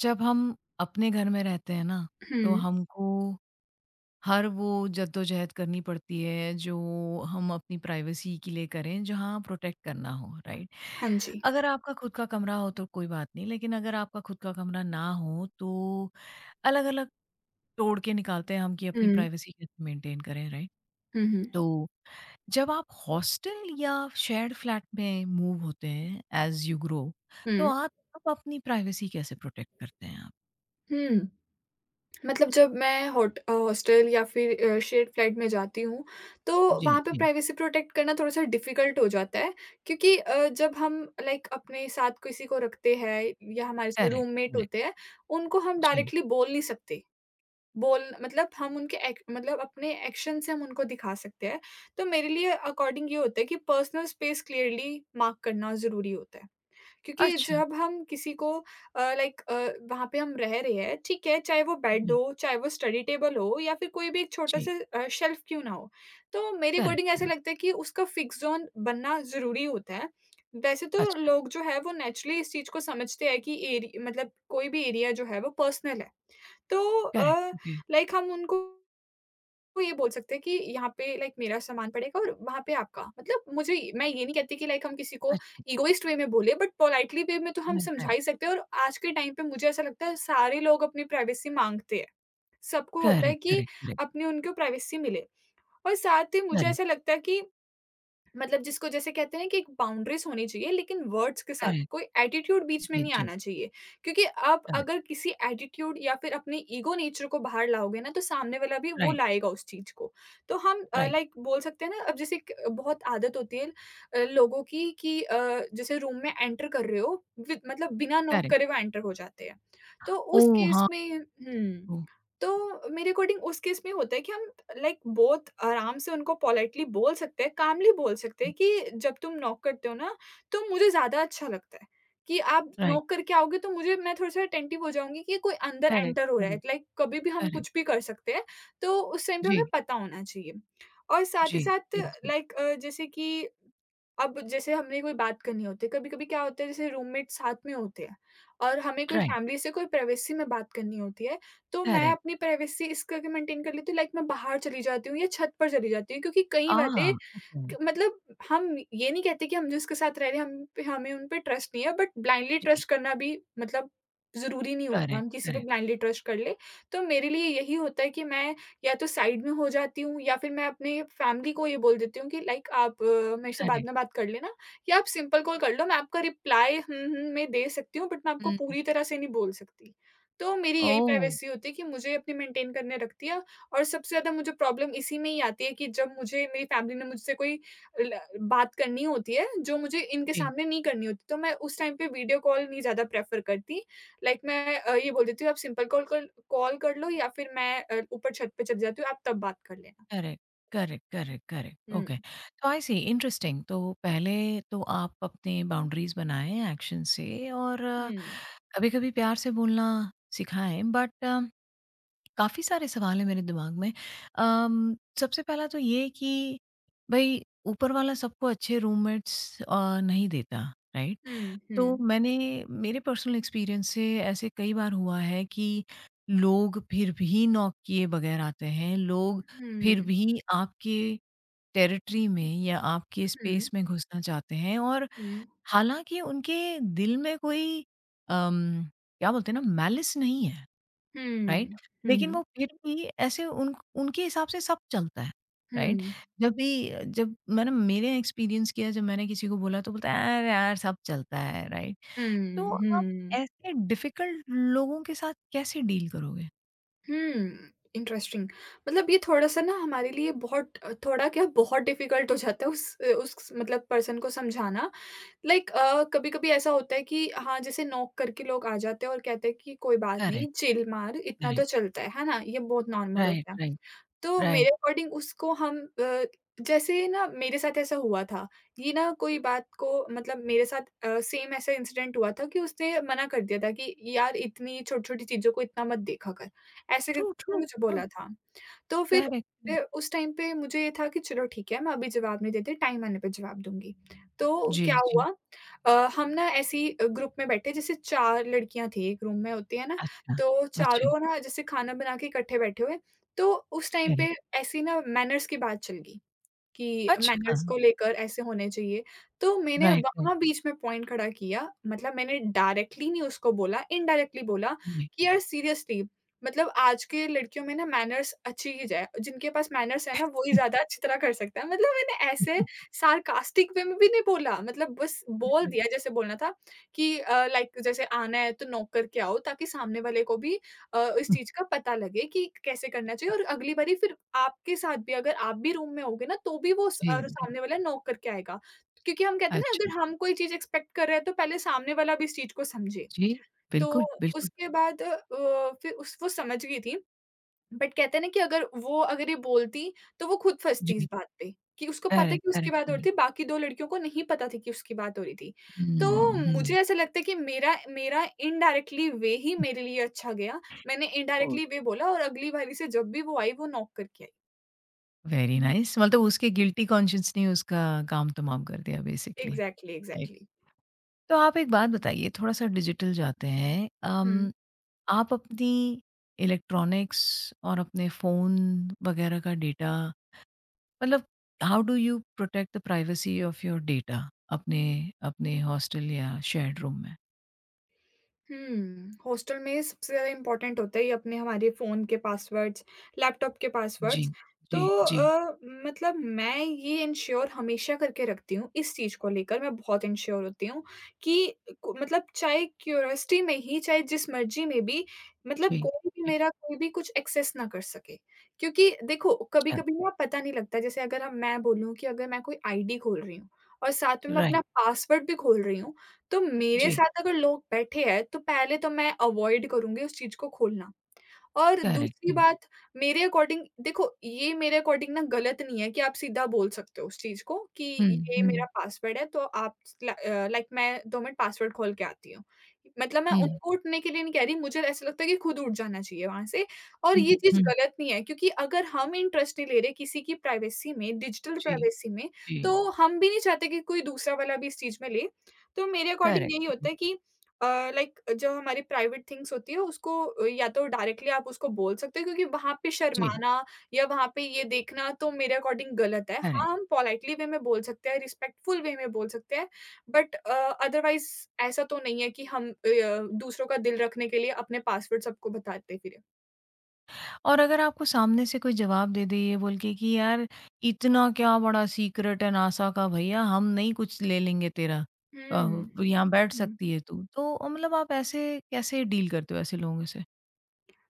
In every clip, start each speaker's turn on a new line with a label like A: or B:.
A: जब हम अपने घर में रहते हैं ना, तो
B: हुँ।
A: हमको हर वो जद्दोजहद करनी पड़ती है जो हम अपनी प्राइवेसी के लिए करें, जहाँ प्रोटेक्ट करना हो, राइट?
B: हाँ जी।
A: अगर आपका खुद का कमरा हो तो कोई बात नहीं, लेकिन अगर आपका खुद का कमरा ना हो तो अलग-अलग तोड़ के निकालते हैं हम कि अपनी
B: हुँ।
A: प्राइवेसी कैसे मेंटेन करें, राइट?
B: हुँ, हुँ।
A: तो जब आप हॉस्टल या शेयर्ड फ्लैट में मूव होते हैं, एज़ यू ग्रो, तो
B: हुँ।
A: आप तब अपनी प्राइवेसी कैसे प्रोटेक्ट करते हैं आप?
B: हुँ। मतलब जब मैं हॉस्टल या फिर शेयर्ड फ्लाइट में जाती हूँ, तो
A: जी,
B: वहाँ पे
A: जी।
B: प्राइवेसी प्रोटेक्ट करना थोड़ा-सा डिफ़िकल्ट हो जाता है क्योंकि जब हम लाइक अपने साथ किसी को रखते हैं या हमारे से
A: करेक्ट,
B: रूममेट
A: करेक्ट,
B: होते हैं, उनको हम
A: जी।
B: डायरेक्टली बोल नहीं सकते। बोल मतलब हम उनके एक मतलब अपने एक्शन से हम उनको दिखा सकते हैं। तो मेरे लिए अकॉर्डिंग ये होता है कि पर्सनल स्पेस क्लियरली मार्क करना ज़रूरी होता है। क्योंकि
A: अच्छा,
B: जब हम किसी को लाइक वहाँ पे हम रह रहे हैं, ठीक है, चाहे वो बेड
A: जी,
B: हो, चाहे वो स्टडी टेबल हो या फिर कोई भी एक
A: जी,
B: छोटा-सा शेल्फ़ क्यों ना हो। तो मेरे
A: करेक्ट,
B: अकॉर्डिंग ऐसा
A: करेक्ट,
B: लगता है कि उसका फ़िक्स ज़ोन बनना ज़रूरी होता है। वैसे तो
A: अच्छा,
B: लोग जो है वो नेचुरली इस चीज़ को समझते हैं कि एरि मतलब कोई भी एरिया जो है वो पर्सनल है। तो
A: करेक्ट, ओके,
B: लाइक हम उनको तो ये बोल सकते हैं कि यहाँ पे लाइक मेरा सामान पड़ेगा और वहाँ पे आपका। मतलब मुझे मैं ये नहीं कहती कि लाइक हम किसी को
A: अच्छा,
B: इगोइस्ट वे में बोले बट पोलाइटली वे में तो हम
A: राइट,
B: समझा
A: राइट,
B: ही सकते हैं और आज के टाइम पे मुझे ऐसा लगता है सारे लोग अपनी प्राइवेसी माँगते हैं। सबको होता है
A: करेक्ट,
B: कि
A: करेक्ट, करेक्ट,
B: अपनी उनको प्राइवेसी मिले और साथ ही मुझे
A: करेक्ट,
B: ऐसा लगता है कि मतलब जिसको जैसे कहते हैं ना कि एक बाउंड्रीज़ होनी चाहिए लेकिन वर्ड्स के साथ,
A: करेक्ट,
B: कोई एटीट्यूड बीच में
A: जी,
B: नहीं
A: जी,
B: आना चाहिए। क्योंकि आप
A: करेक्ट,
B: अगर किसी एटीट्यूड या फिर अपने ईगो नेचर को बाहर लाओगे ना, तो सामने वाला भी वो
A: राइट,
B: लाएगा उस चीज़ को। तो हम
A: राइट,
B: लाइक बोल सकते हैं ना अब जैसे एक बहुत आदत होती है लोगों की कि जैसे रूम में एंटर कर रहे हो, वि मतलब बिना नॉक
A: करेक्ट,
B: करे वो एंटर हो जाते हैं। तो उस
A: ओह!
B: केस
A: हाँ,
B: में हुँ।
A: ओह!
B: तो मेरे अकॉर्डिंग उस केस में होता है कि हम लाइक बहुत आराम से उनको पोलाइटली बोल सकते हैं, कामली बोल सकते हैं कि जब तुम नॉक करते हो ना, तो मुझे ज़्यादा अच्छा लगता है कि आप
A: राइट,
B: नॉक करके आओगे तो मुझे मैं थोड़ा-सा अटेंटिव हो जाऊँगी कि कोई अंदर
A: करेक्ट,
B: एंटर हो रहा है।
A: करेक्ट,
B: लाइक कभी भी हम
A: करेक्ट,
B: कुछ भी कर सकते हैं, तो उस टाइम पे हमें
A: जी,
B: पता होना चाहिए। और साथ ही
A: जी,
B: साथ
A: जी, जी,
B: लाइक जैसे कि अब जैसे हमने कोई बात करनी होती है, कभी-कभी क्या होता है जैसे रूममेट साथ में होते हैं और हमें कोई
A: राइट,
B: फैमिली से कोई प्राइवेसी में बात करनी होती है, तो मैं
A: करेक्ट,
B: अपनी प्राइवेसी इस करके मेंटेन कर लेती हूँ लाइक मैं बाहर चली जाती हूँ या छत पर चली जाती हूँ क्योंकि कई
A: आह!
B: बातें
A: ओके,
B: क मतलब हम ये नहीं कहते कि हम जिसके साथ रह रहे हैं, हम पे हमें उन पे ट्रस्ट नहीं है, बट ब्लाइंडली
A: जी,
B: ट्रस्ट करना भी मतलब ज़रूरी नहीं होता,
A: करेक्ट,
B: हम किसी पे
A: करेक्ट,
B: ब्लाइंडली ट्रस्ट कर लें। तो मेरे लिए यही होता है कि मैं या तो साइड में हो जाती हूँ या फिर मैं अपने फैमिली को ये बोल देती हूँ कि लाइक आप मेरे से बाद
A: करेक्ट,
B: में बात कर लेना या आप सिंपल कॉल कर लो, मैं आपका रिप्लाई हुँ, हुँ में दे सकती हूँ बट मैं आपको
A: हुँ,
B: पूरी तरह से नहीं बोल सकती। तो मेरी यही
A: ओह!
B: प्राइवेसी होती है कि मुझे अपनी मेंटेन करने रखती है और सबसे ज़्यादा मुझे प्रॉब्लम इसी में ही आती है कि जब मुझे मेरी फैमिली ने मुझसे कोई ल बात करनी होती है, जो मुझे इनके
A: जी।
B: सामने नहीं करनी होती, तो मैं उस टाइम पे वीडियो कॉल नहीं ज़्यादा प्रेफ़र करती। लाइक मैं ये बोल देती हूँ, "आप सिंपल कॉल कर लो या फिर मैं ऊपर छत पे चली जाती हूँ, आप तब बात कर लेना।"
A: करेक्ट, करेक्ट, करेक्ट, करेक्ट,
B: हुँ,
A: ओके। तो आई सी इंटरेस्टिंग तो पहले तो आप अपने बाउंड्रीज़ बनाएँ एक्शन से और
B: हुँ,
A: कभी-कभी प्यार से बोलना सिखाएँ बट काफ़ी सारे सवाल हैं मेरे दिमाग में। सबसे पहला तो ये कि भई ऊपर वाला सबको अच्छे रूममेट्स नहीं देता, राइट?
B: हुँ,
A: तो
B: हुँ,
A: मैंने मेरे पर्सनल एक्सपीरियंस से ऐसे कई बार हुआ है कि लोग फिर भी नॉक किए बगैर आते हैं। लोग फिर
B: हुँ,
A: भी आपके टेरिटरी में या आपके स्पेस
B: हुँ,
A: में घुसना चाहते हैं और
B: हुँ,
A: हालाँकि उनके दिल में कोई अम, क्या बोलते हैं ना मैलिस नहीं है, राइट?
B: हुँ,
A: लेकिन वो
B: हुँ,
A: फिर भी ऐसे उन उनके हिसाब से सब चलता है, राइट?
B: हुँ,
A: जब भी जब मैंने मेरे एक्सपीरियंस किया जब मैंने किसी को बोला तो बोलता है, "अरे यार! सब चलता है," राइट? तो
B: हुँ,
A: आप
B: हुँ,
A: ऐसे डिफिकल्ट लोगों के साथ कैसे डील करोगे?
B: हुँ। इंटरेस्टिंग। मतलब ये थोड़ा-सा ना हमारे लिए बहुत थोड़ा क्या बहुत डिफ़िकल्ट हो जाता है उस मतलब पर्सन को समझाना लाइक कभी-कभी ऐसा होता है कि हाँ, जैसे नॉक करके लोग आ जाते हैं और कहते हैं कि कोई बात
A: करेक्ट,
B: नहीं, चिल मार, इतना तो
A: करेक्ट।
B: चलता है ना? ये बहुत नॉर्मल
A: राइट,
B: होता है।
A: राइट,
B: तो
A: राइट।
B: मेरे अकॉर्डिंग उसको हम जैसे ना मेरे साथ ऐसा हुआ था, ये ना कोई बात को मतलब मेरे साथ सेम ऐसा इंसिडेंट हुआ था कि उसने मना कर दिया था कि यार इतनी छोटी-छोटी चीज़ों को इतना मत देखा कर, ऐसे
A: ट्रू,
B: करके उसने
A: ट्रू।
B: मुझे
A: हाँ,
B: बोला था। तो फिर
A: करेक्ट, करेक्ट।
B: फिर उस टाइम पे मुझे ये था कि चलो ठीक है, मैं अभी जवाब नहीं देती, टाइम आने पे जवाब दूँगी। तो
A: जी,
B: क्या हुआ
A: जी।
B: हम ना ऐसे ही ग्रुप में बैठे जैसे 4 लड़कियाँ थी, एक रूम में होती है ना,
A: अच्छा,
B: तो
A: अच्छा।
B: चारों ना जैसे खाना बना के इकट्ठे बैठे हुए, तो उस टाइम
A: करेक्ट।
B: पे ऐसी ना मैनर्स की बात चल गई। कि
A: अच्छा।
B: मैनर्स
A: हाँ,
B: को लेकर ऐसे होने चाहिए। तो मैंने
A: राइट, राइट।
B: वहाँ बीच में पॉइंट खड़ा किया, मतलब मैंने डायरेक्टली नहीं उसको बोला, इनडायरेक्टली बोला
A: जी।
B: कि यार सीरियसली मतलब आज के लड़कियों में ना मैनर्स अच्छी ही जाए, जिनके पास मैनर्स है ना वो ही ज़्यादा अच्छी तरह कर सकता है। मतलब मैंने ऐसे सार्कास्टिक वे में भी नहीं बोला, मतलब बस बोल दिया जैसे बोलना था कि लाइक जैसे आना है तो नॉक करके आओ ताकि सामने वाले को भी इस चीज़ का पता लगे कि कैसे करना चाहिए और अगली बारी फिर आपके साथ भी अगर आप भी रूम में होगे ना, तो भी
A: जी, जी।
B: सामने वाला नॉक करके आएगा। क्योंकि हम कहते हैं ना
A: अच्छा,
B: अगर हम कोई चीज़ एक्सपेक्ट कर रहे हैं, तो पहले सामने वाला भी इस चीज़ को समझे।
A: जी।
B: तो
A: बिल्कुल, बिल्कुल।
B: उसके बाद फिर उस वो समझ गई थी। बट कहते हैं ना कि अगर ये बोलती, तो वो खुद फँसती इस
A: जी।
B: बात पे, कि उसको पता है
A: करेक्ट,
B: कि उसकी
A: करेक्ट,
B: बात हो रही
A: करेक्ट।
B: थी, बाकी 2 लड़कियों को नहीं पता थी कि उसकी बात हो रही थी।
A: हुँ,
B: तो मुझे
A: हुँ।
B: ऐसा लगता है कि मेरा मेरा इनडायरेक्टली वे ही मेरे लिए अच्छा गया। मैंने
A: ओह,
B: इनडायरेक्टली वे बोला और अगली बारी से जब भी वो आई, वो नॉक करके आई।
A: वेरी नाइस मतलब उसके गिल्टी कॉन्शियस ने उसका काम तमाम कर दिया बेसिकली।
B: Exactly,
A: right.
B: एग्ज़ैक्टली।
A: तो आप एक बात बताइए थोड़ा-सा डिजिटल जाते हैं।
B: हुँ।
A: आप अपनी इलेक्ट्रॉनिक्स और अपने फ़ोन वग़ैरह का डेटा मतलब how do you protect the privacy of your data अपने अपने हॉस्टल या शेयर्ड रूम में?
B: हुँ, हॉस्टल में सबसे ज़्यादा इम्पोर्टेंट होता है ये अपने हमारे फ़ोन के पासवर्ड्स, लैपटॉप के
A: जी,
B: पासवर्ड्स। तो
A: जी, जी,
B: मतलब मैं ये इन्श्योर हमेशा करके रखती हूँ, इस चीज़ को लेकर मैं बहुत इन्श्योर होती हूँ कि को मतलब चाहे क्यूरियोसिटी में ही, चाहे जिस मर्ज़ी में भी मतलब
A: जी,
B: कोई भी
A: जी।
B: मेरा कोई भी कुछ एक्सेस ना कर सके। क्योंकि देखो
A: अच्छा,
B: कभी-कभी ना पता नहीं लगता जैसे अगर हम मैं बोलूँ कि अगर मैं कोई आईडी खोल रही हूँ और साथ में मैं
A: राइट,
B: अपना पासवर्ड भी खोल रही हूँ, तो मेरे
A: जी,
B: साथ अगर लोग बैठे हैं, तो पहले तो मैं अवॉइड करूँगी उस चीज़ को खोलना। और
A: करेक्ट।
B: दूसरी
A: हुँ,
B: बात मेरे अकॉर्डिंग देखो ये मेरे अकॉर्डिंग ना गलत नहीं है कि आप सीधा बोल सकते हो उस चीज़ को कि
A: हुँ,
B: ये मेरा
A: हुँ,
B: पासवर्ड है तो आप लाइक मैं 2 मिनट पासवर्ड खोल के आती हूँ। मतलब मैं
A: हुँ,
B: उनको उठने के लिए नहीं कह रही, मुझे ऐसा लगता है कि खुद उठ जाना चाहिए वहाँ से और
A: हुँ,
B: ये चीज़
A: हुँ,
B: गलत नहीं है क्योंकि अगर हम इंटरेस्ट नहीं ले रहे किसी की प्राइवेसी में, डिजिटल
A: जी,
B: प्राइवेसी में,
A: जी,
B: तो हम भी नहीं चाहते कि कोई दूसरा वाला भी इस चीज़ में ले। तो मेरे अकॉर्डिंग यही
A: करेक्ट,
B: होता है कि अ, लाइक जो हमारी प्राइवेट थिंग्स होती है उसको या तो डायरेक्टली आप उसको बोल सकते हो क्योंकि वहाँ पे
A: जी,
B: शर्माना या वहाँ पे ये देखना तो मेरे अकॉर्डिंग गलत है।
A: करेक्ट।
B: हाँ, हम पोलाइटली वे में बोल सकते हैं, रिस्पेक्टफुल वे में बोल सकते हैं बट अदरवाइज़ ऐसा तो नहीं है कि हम दूसरों का दिल रखने के लिए अपने पासवर्ड सबको बताते फिरें।
A: और अगर आपको सामने से कोई जवाब दे दे ये बोल के कि यार इतना क्या बड़ा सीक्रेट है नासा का भैया हम नहीं कुछ ले लेंगे तेरा
B: हुँ,
A: यहाँ बैठ
B: हुँ।
A: सकती है तू तो मतलब आप ऐसे कैसे डील करते हो ऐसे लोगों से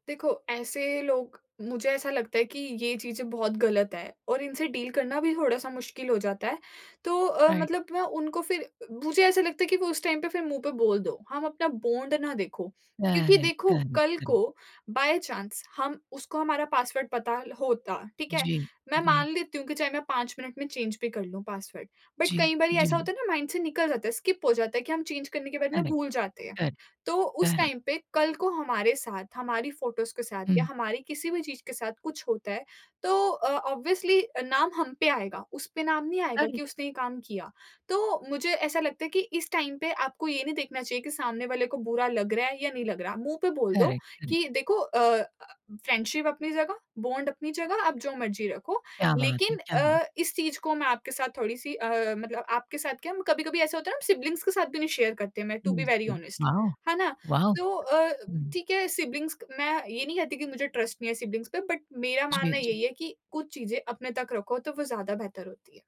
B: देखो, ऐसे लोग मुझे ऐसा लगता है कि ये चीज़ें बहुत गलत है और इनसे डील करना भी थोड़ा-सा मुश्किल हो जाता है। तो
A: राइट
B: मतलब मैं उनको फिर मुझे ऐसा लगता है कि वो उस टाइम पे फिर मुँह पे बोल दो, हम अपना बॉन्ड ना देखो। क्योंकि
A: करेक्ट
B: देखो,
A: करेक्ट
B: कल
A: करेक्ट
B: को बाय चांस हम उसको हमारा पासवर्ड पता होता, ठीक है?
A: जी
B: मैं
A: जी
B: मान लेती हूँ कि चाहे मैं 5 मिनट में चेंज भी कर लूँ पासवर्ड, बट
A: जी
B: कई बारी
A: जी
B: ऐसा होता है ना माइंड से निकल जाता है, स्किप हो जाता है कि हम चेंज करने के बाद में
A: करेक्ट
B: भूल जाते हैं।
A: करेक्ट
B: तो उस
A: करेक्ट
B: टाइम पे कल को हमारे साथ, हमारी फ़ोटोज़ के साथ या
A: हम्म
B: हमारी किसी भी चीज़ के साथ कुछ होता है, तो ऑब्वियसली नाम हम पे आएगा, उस पे नाम नहीं आएगा कि
A: करेक्ट
B: उसने ये काम किया। तो मुझे ऐसा लगता है कि इस टाइम पे आपको ये नहीं देखना चाहिए कि सामने वाले को बुरा लग रहा है या नहीं लग रहा। मुँह पे बोल दो
A: करेक्ट करेक्ट
B: कि देखो फ्रेंडशिप अपनी जगह, बॉन्ड अपनी जगह, आप जो मर्ज़ी रखो, लेकिन
A: क्या बात है,
B: इस चीज़ को मैं आपके साथ थोड़ी-सी मतलब आपके साथ क्या, कभी-कभी ऐसा होता है ना हम सिब्लिंग्स के साथ भी नहीं शेयर करते मैं टू बी वेरी
A: जी
B: ऑनेस्ट।
A: वाओ
B: है ना?
A: वाओ
B: तो
A: हम्म,
B: ठीक है सिब्लिंग्स क मैं ये नहीं कहती कि मुझे ट्रस्ट नहीं है सिब्लिंग्स पे बट मेरा
A: जी
B: मानना
A: जी
B: यही है कि कुछ चीज़ें अपने तक रखो तो वो ज़्यादा बेहतर होती है।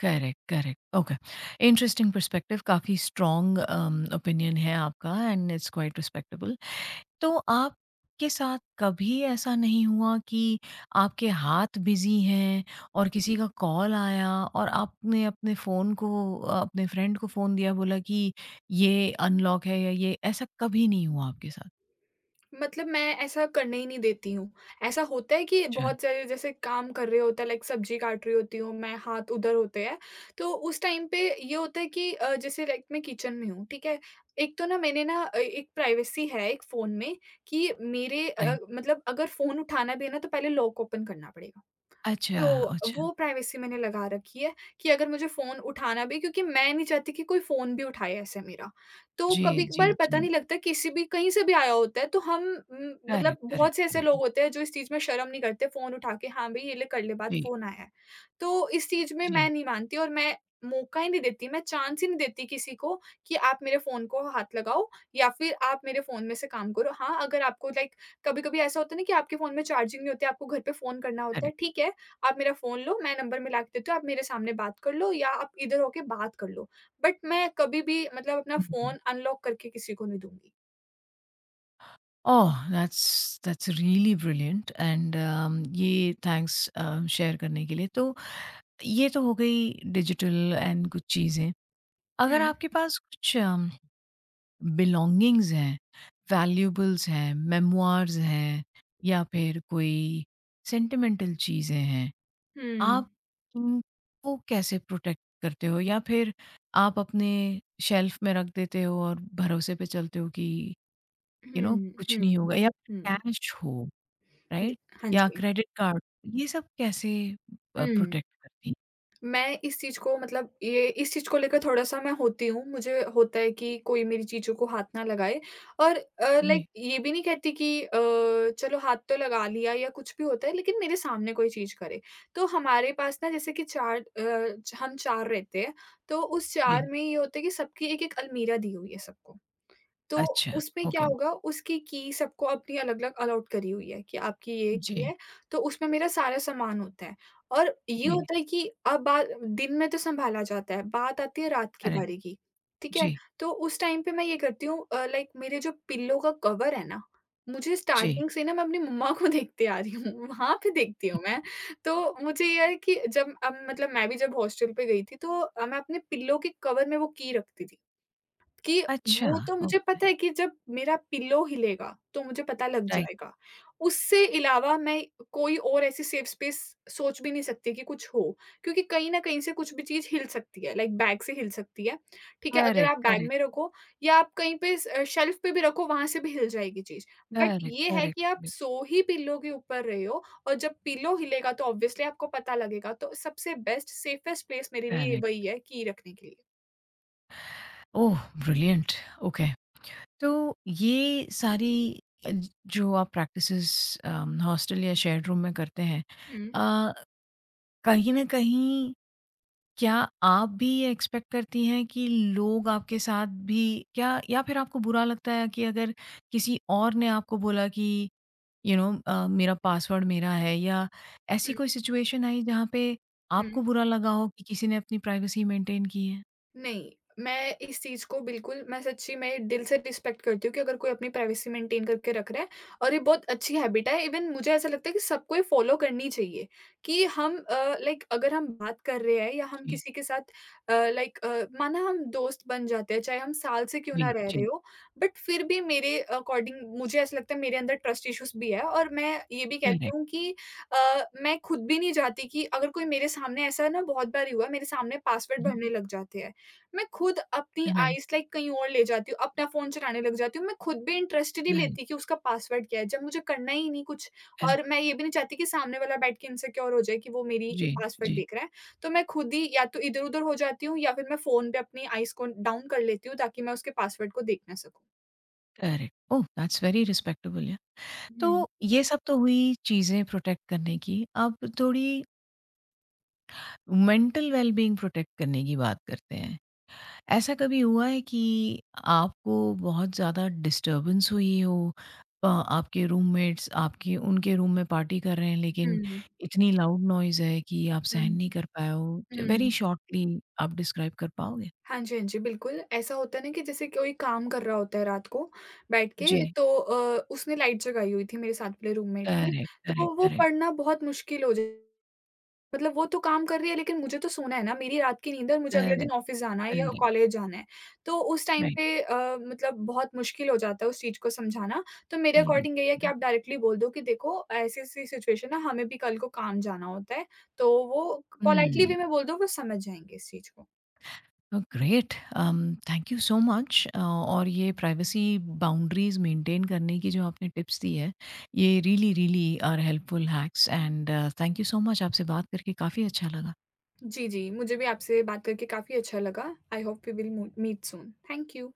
A: Correct, correct, okay. Interesting perspective काफ़ी स्ट्रॉन्ग ओपिनियन है आपका एंड इट्स क्वाइट रिस्पेक्टेबल। तो आपके साथ कभी ऐसा नहीं हुआ कि आपके हाथ बिज़ी हैं और किसी का कॉल आया और आपने अपने फ़ोन को अपने फ्रेंड को फ़ोन दिया बोला कि ये अनलॉक है या ये ऐसा कभी नहीं हुआ आपके साथ?
B: मतलब मैं ऐसा करने ही नहीं देती हूँ। ऐसा होता है कि
A: अच्छा।
B: बहुत सारे जैसे काम कर रहे होते हैं लाइक सब्ज़ी काट रही होती हूँ मैं, हाथ उधर होते हैं। तो उस टाइम पे ये होता है कि जैसे लाइक मैं किचन में हूँ, ठीक है? एक तो ना एक प्राइवेसी है एक फ़ोन में कि
A: राइट।
B: मतलब अगर फ़ोन उठाना भी है ना तो पहले लॉक ओपन करना पड़ेगा।
A: अच्छा,
B: तो
A: अच्छा।
B: वो प्राइवेसी मैंने लगा रखी है कि अगर मुझे फ़ोन उठाना भी क्योंकि मैं नहीं चाहती कि कोई फ़ोन भी उठाए ऐसे मेरा। तो
A: जी, जी,
B: कभी-कभार पता
A: जी।
B: नहीं लगता किसी भी कहीं से भी आया होता है तो हम मतलब
A: करेक्ट, करेक्ट,
B: बहुत से ऐसे लोग
A: करेक्ट।
B: होते हैं जो इस चीज़ में शर्म नहीं करते फ़ोन उठा के, "हाँ, भई ये ले कर ले बात,
A: जी,
B: फ़ोन आया है।" तो इस चीज़ में
A: जी,
B: मैं नहीं मानती और मैं मौका ही नहीं देती, मैं चांस ही नहीं देती किसी को कि आप मेरे फ़ोन को हाथ लगाओ या फिर आप मेरे फ़ोन में से काम करो। हाँ, अगर आपको लाइक कभी-कभी ऐसा होता है ना कि आपके फ़ोन में चार्जिंग नहीं होती, आपको घर पे फ़ोन करना होता है, ठीक है। आप मेरा फ़ोन लो, मैं नंबर मिला के देती हूँ, आप मेरे सामने बात कर लो या आप इधर होके बात कर लो। बट मैं कभी भी मतलब अपना
A: करेक्ट।
B: फ़ोन अनलॉक करके किसी को नहीं दूँगी।
A: Oh! That's that's really brilliant and ये थैंक्स शेयर करने के लिए। तो ये तो हो गई डिजिटल एंड कुछ चीज़ें। अगर
B: हुँ,
A: आपके पास कुछ बिलॉन्गिंग्स हैं, वैल्यूएबल्स हैं, मेमोइर्स हैं या फिर कोई सेंटिमेंटल चीज़ें हैं,
B: हुँ,
A: आप इनको कैसे प्रोटेक्ट करते हो? या फिर आप अपने शेल्फ में रख देते हो और भरोसे पे चलते हो कि यू नो
B: हुँ,
A: कुछ नहीं
B: हुँ,
A: होगा या
B: हुँ।
A: कैश हो?
B: The
A: right?
B: हाँ
A: या
B: जी।
A: क्रेडिट कार्ड, ये सब कैसे
B: हुँ।
A: प्रोटेक्ट करती हैं?
B: मैं इस चीज़ को मतलब ये इस चीज़ को लेकर थोड़ा-सा मैं होती हूँ। मुझे होता है कि कोई मेरी चीज़ों को हाथ ना लगाए और हुँ। लाइक
A: जी,
B: ये भी नहीं कहती कि चलो हाथ तो लगा लिया या कुछ भी होता है लेकिन मेरे सामने कोई चीज़ करे। तो हमारे पास ना जैसे कि हम 4 रहते हैं, तो उस 4
A: जी।
B: में ये होता है कि सबकी एक-एक अलमीरा दी हुई है सबको। तो
A: अच्छा,
B: उसमें क्या
A: ओके।
B: होगा उसकी की सबको अपनी अलग-अलग अलॉट करी हुई है कि आपकी ये की
A: जी,
B: है, तो उसमें मेरा सारा सामान होता है। और ये
A: जी।
B: होता है कि अब बात दिन में तो सँभाला जाता है, बात आती है रात की
A: करेक्ट,
B: बारी की, ठीक है?
A: जी,
B: तो उस टाइम पे मैं ये करती हूँ लाइक मेरे जो पिल्लो का कवर है ना, मुझे
A: जी।
B: स्टार्टिंग से ना मैं अपनी मम्मा को देखते आ रही हूँ, वहाँ पे देखती हूँ मैं। तो मुझे ये है कि जब अब मतलब मैं भी जब हॉस्टल पे गई थी तो मैं अपने पिल्लो के कवर में वो की रखती थी। कि
A: अच्छा,
B: वो तो मुझे
A: ओके,
B: पता है कि जब मेरा पिल्लो हिलेगा, तो मुझे पता लग
A: राइट।
B: जाएगा। उससे इलावा मैं कोई और ऐसी सेफ स्पेस सोच भी नहीं सकती कि कुछ हो, क्योंकि कहीं न कहीं से कुछ भी चीज़ हिल सकती है, लाइक बैग से हिल सकती है, ठीक है? अगर
A: करेक्ट,
B: आप बैग
A: करेक्ट,
B: में रखो या आप कहीं पे स अ, शेल्फ़ पे भी रखो, वहाँ से भी हिल जाएगी चीज़। बट
A: करेक्ट,
B: ये है
A: करेक्ट,
B: कि आप
A: करेक्ट,
B: सो ही पिल्लो के ऊपर रहे हो और जब पिल्लो हिलेगा तो ऑब्वियसली आपको पता लगेगा, तो सबसे बेस्ट सेफेस्ट प्लेस मेरे लिए
A: करेक्ट।
B: वही है की रखने के लिए।
A: ओह! Brilliant, okay. तो ये सारी अ, जो आप प्रैक्टिसेज़ हॉस्टल या शेयर्ड रूम में करते हैं
B: हुँ,
A: अ, कहीं न कहीं क्या आप भी ये एक्सपेक्ट करती हैं कि लोग आपके साथ भी क्या या फिर आपको बुरा लगता है कि अगर किसी और ने आपको बोला कि यू you नो मेरा पासवर्ड मेरा है या ऐसी
B: हुँ,
A: कोई सिचुएशन आई जहाँ पे आपको
B: हुँ।
A: बुरा लगा हो कि किसी ने अपनी प्राइवेसी मेंटेन की है?
B: नहीं, मैं इस चीज़ को बिल्कुल मैं सच्ची में दिल से रिस्पेक्ट करती हूँ कि अगर कोई अपनी प्राइवेसी मेंटेन करके रख रहा है और ये बहुत अच्छी हैबिट है। इवन मुझे ऐसा लगता है कि सबको ये फॉलो करनी चाहिए कि लाइक अगर हम बात कर रहे हैं या हम
A: जी,
B: किसी के साथ लाइक माना हम दोस्त बन जाते हैं, चाहे हम साल से क्यों
A: जी,
B: ना रह
A: जी,
B: रहे हो, बट फिर भी मेरे अकॉर्डिंग मुझे ऐसा लगता है मेरे अंदर ट्रस्ट इश्यूज़ भी है और मैं ये भी कहती
A: करेक्ट,
B: हूँ कि मैं खुद भी नहीं चाहती कि अगर कोई मेरे सामने ऐसा ना बहुत बार ही हुआ है, मेरे सामने पासवर्ड
A: हुँ,
B: भरने लग जाते हैं। मैं खुद अपनी
A: राइट,
B: आईज़ लाइक कहीं और ले जाती हूँ, अपना फ़ोन चलाने लग जाती हूँ। मैं खुद भी इंटरेस्ट ही नहीं
A: राइट,
B: लेती कि उसका पासवर्ड क्या है, जब मुझे करना ही नहीं कुछ
A: अ,
B: और मैं ये भी नहीं चाहती कि सामने वाला बैठ के इनसिक्योर हो जाए कि वो मेरी
A: जी,
B: पासवर्ड
A: जी।
B: देख रहा है। तो मैं खुद ही या तो इधर-उधर हो जाती हूँ या फिर मैं फ़ोन पे अपनी आईज़ को डाउन कर लेती हूँ ताकि मैं उसके पासवर्ड को देख ना सकूँ।
A: Correct, oh! That's very respectable या।
B: हुँ।
A: तो ये सब तो हुई चीज़ें प्रोटेक्ट करने की, अब थोड़ी मेंटल वेलबींग प्रोटेक्ट करने की बात करते हैं। ऐसा कभी हुआ है कि आपको बहुत ज़्यादा डिस्टर्बेंस हुई हो आपके रूममेट्स आपके उनके रूम में पार्टी कर रहे हैं
B: हुँ,
A: लेकिन
B: हुँ।
A: इतनी लाउड नॉइज़ है कि आप सहन
B: हुँ,
A: नहीं कर पाए हो? वेरी
B: हुँ।
A: शॉर्टली आप डिस्क्राइब कर पाओगे?
B: हाँ जी, हाँ जी, बिल्कुल। ऐसा होता है ना कि जैसे कोई काम कर रहा होता है रात को बैठ के
A: जी,
B: तो उसने लाइट जगाई हुई थी मेरे साथ वाले रूममेट ने,
A: करेक्ट, करेक्ट,
B: तो वो
A: करेक्ट,
B: पढ़ना बहुत मुश्किल हो जाए मतलब वो तो काम कर रही है लेकिन मुझे तो सोना है ना, मेरी रात की नींद है और मुझे अगले दिन
A: करेक्ट,
B: ऑफ़िस जाना है या
A: करेक्ट,
B: कॉलेज जाना है। तो उस टाइम
A: राइट,
B: पे मतलब बहुत मुश्किल हो जाता है उस चीज़ को समझाना। तो मेरे
A: करेक्ट।
B: अकॉर्डिंग यही है कि आप डायरेक्टली बोल दो कि देखो ऐसी-ऐसी सिचुएशन है, हमें भी कल को काम जाना होता है, तो वो पोलाइटली
A: हुँ।
B: वे में बोल दो वो समझ जाएँगे इस चीज़ को।
A: Great thank you so much और ये प्राइवेसी बाउंड्रीज मेंटेन करने की जो आपने टिप्स दी है ये really really are helpful hacks and thank you so much आपसे बात करके काफ़ी अच्छा लगा
B: जी, जी। मुझे भी आपसे बात करके काफ़ी अच्छा लगा। आई होप वी विल मू मीट सून। Thank you.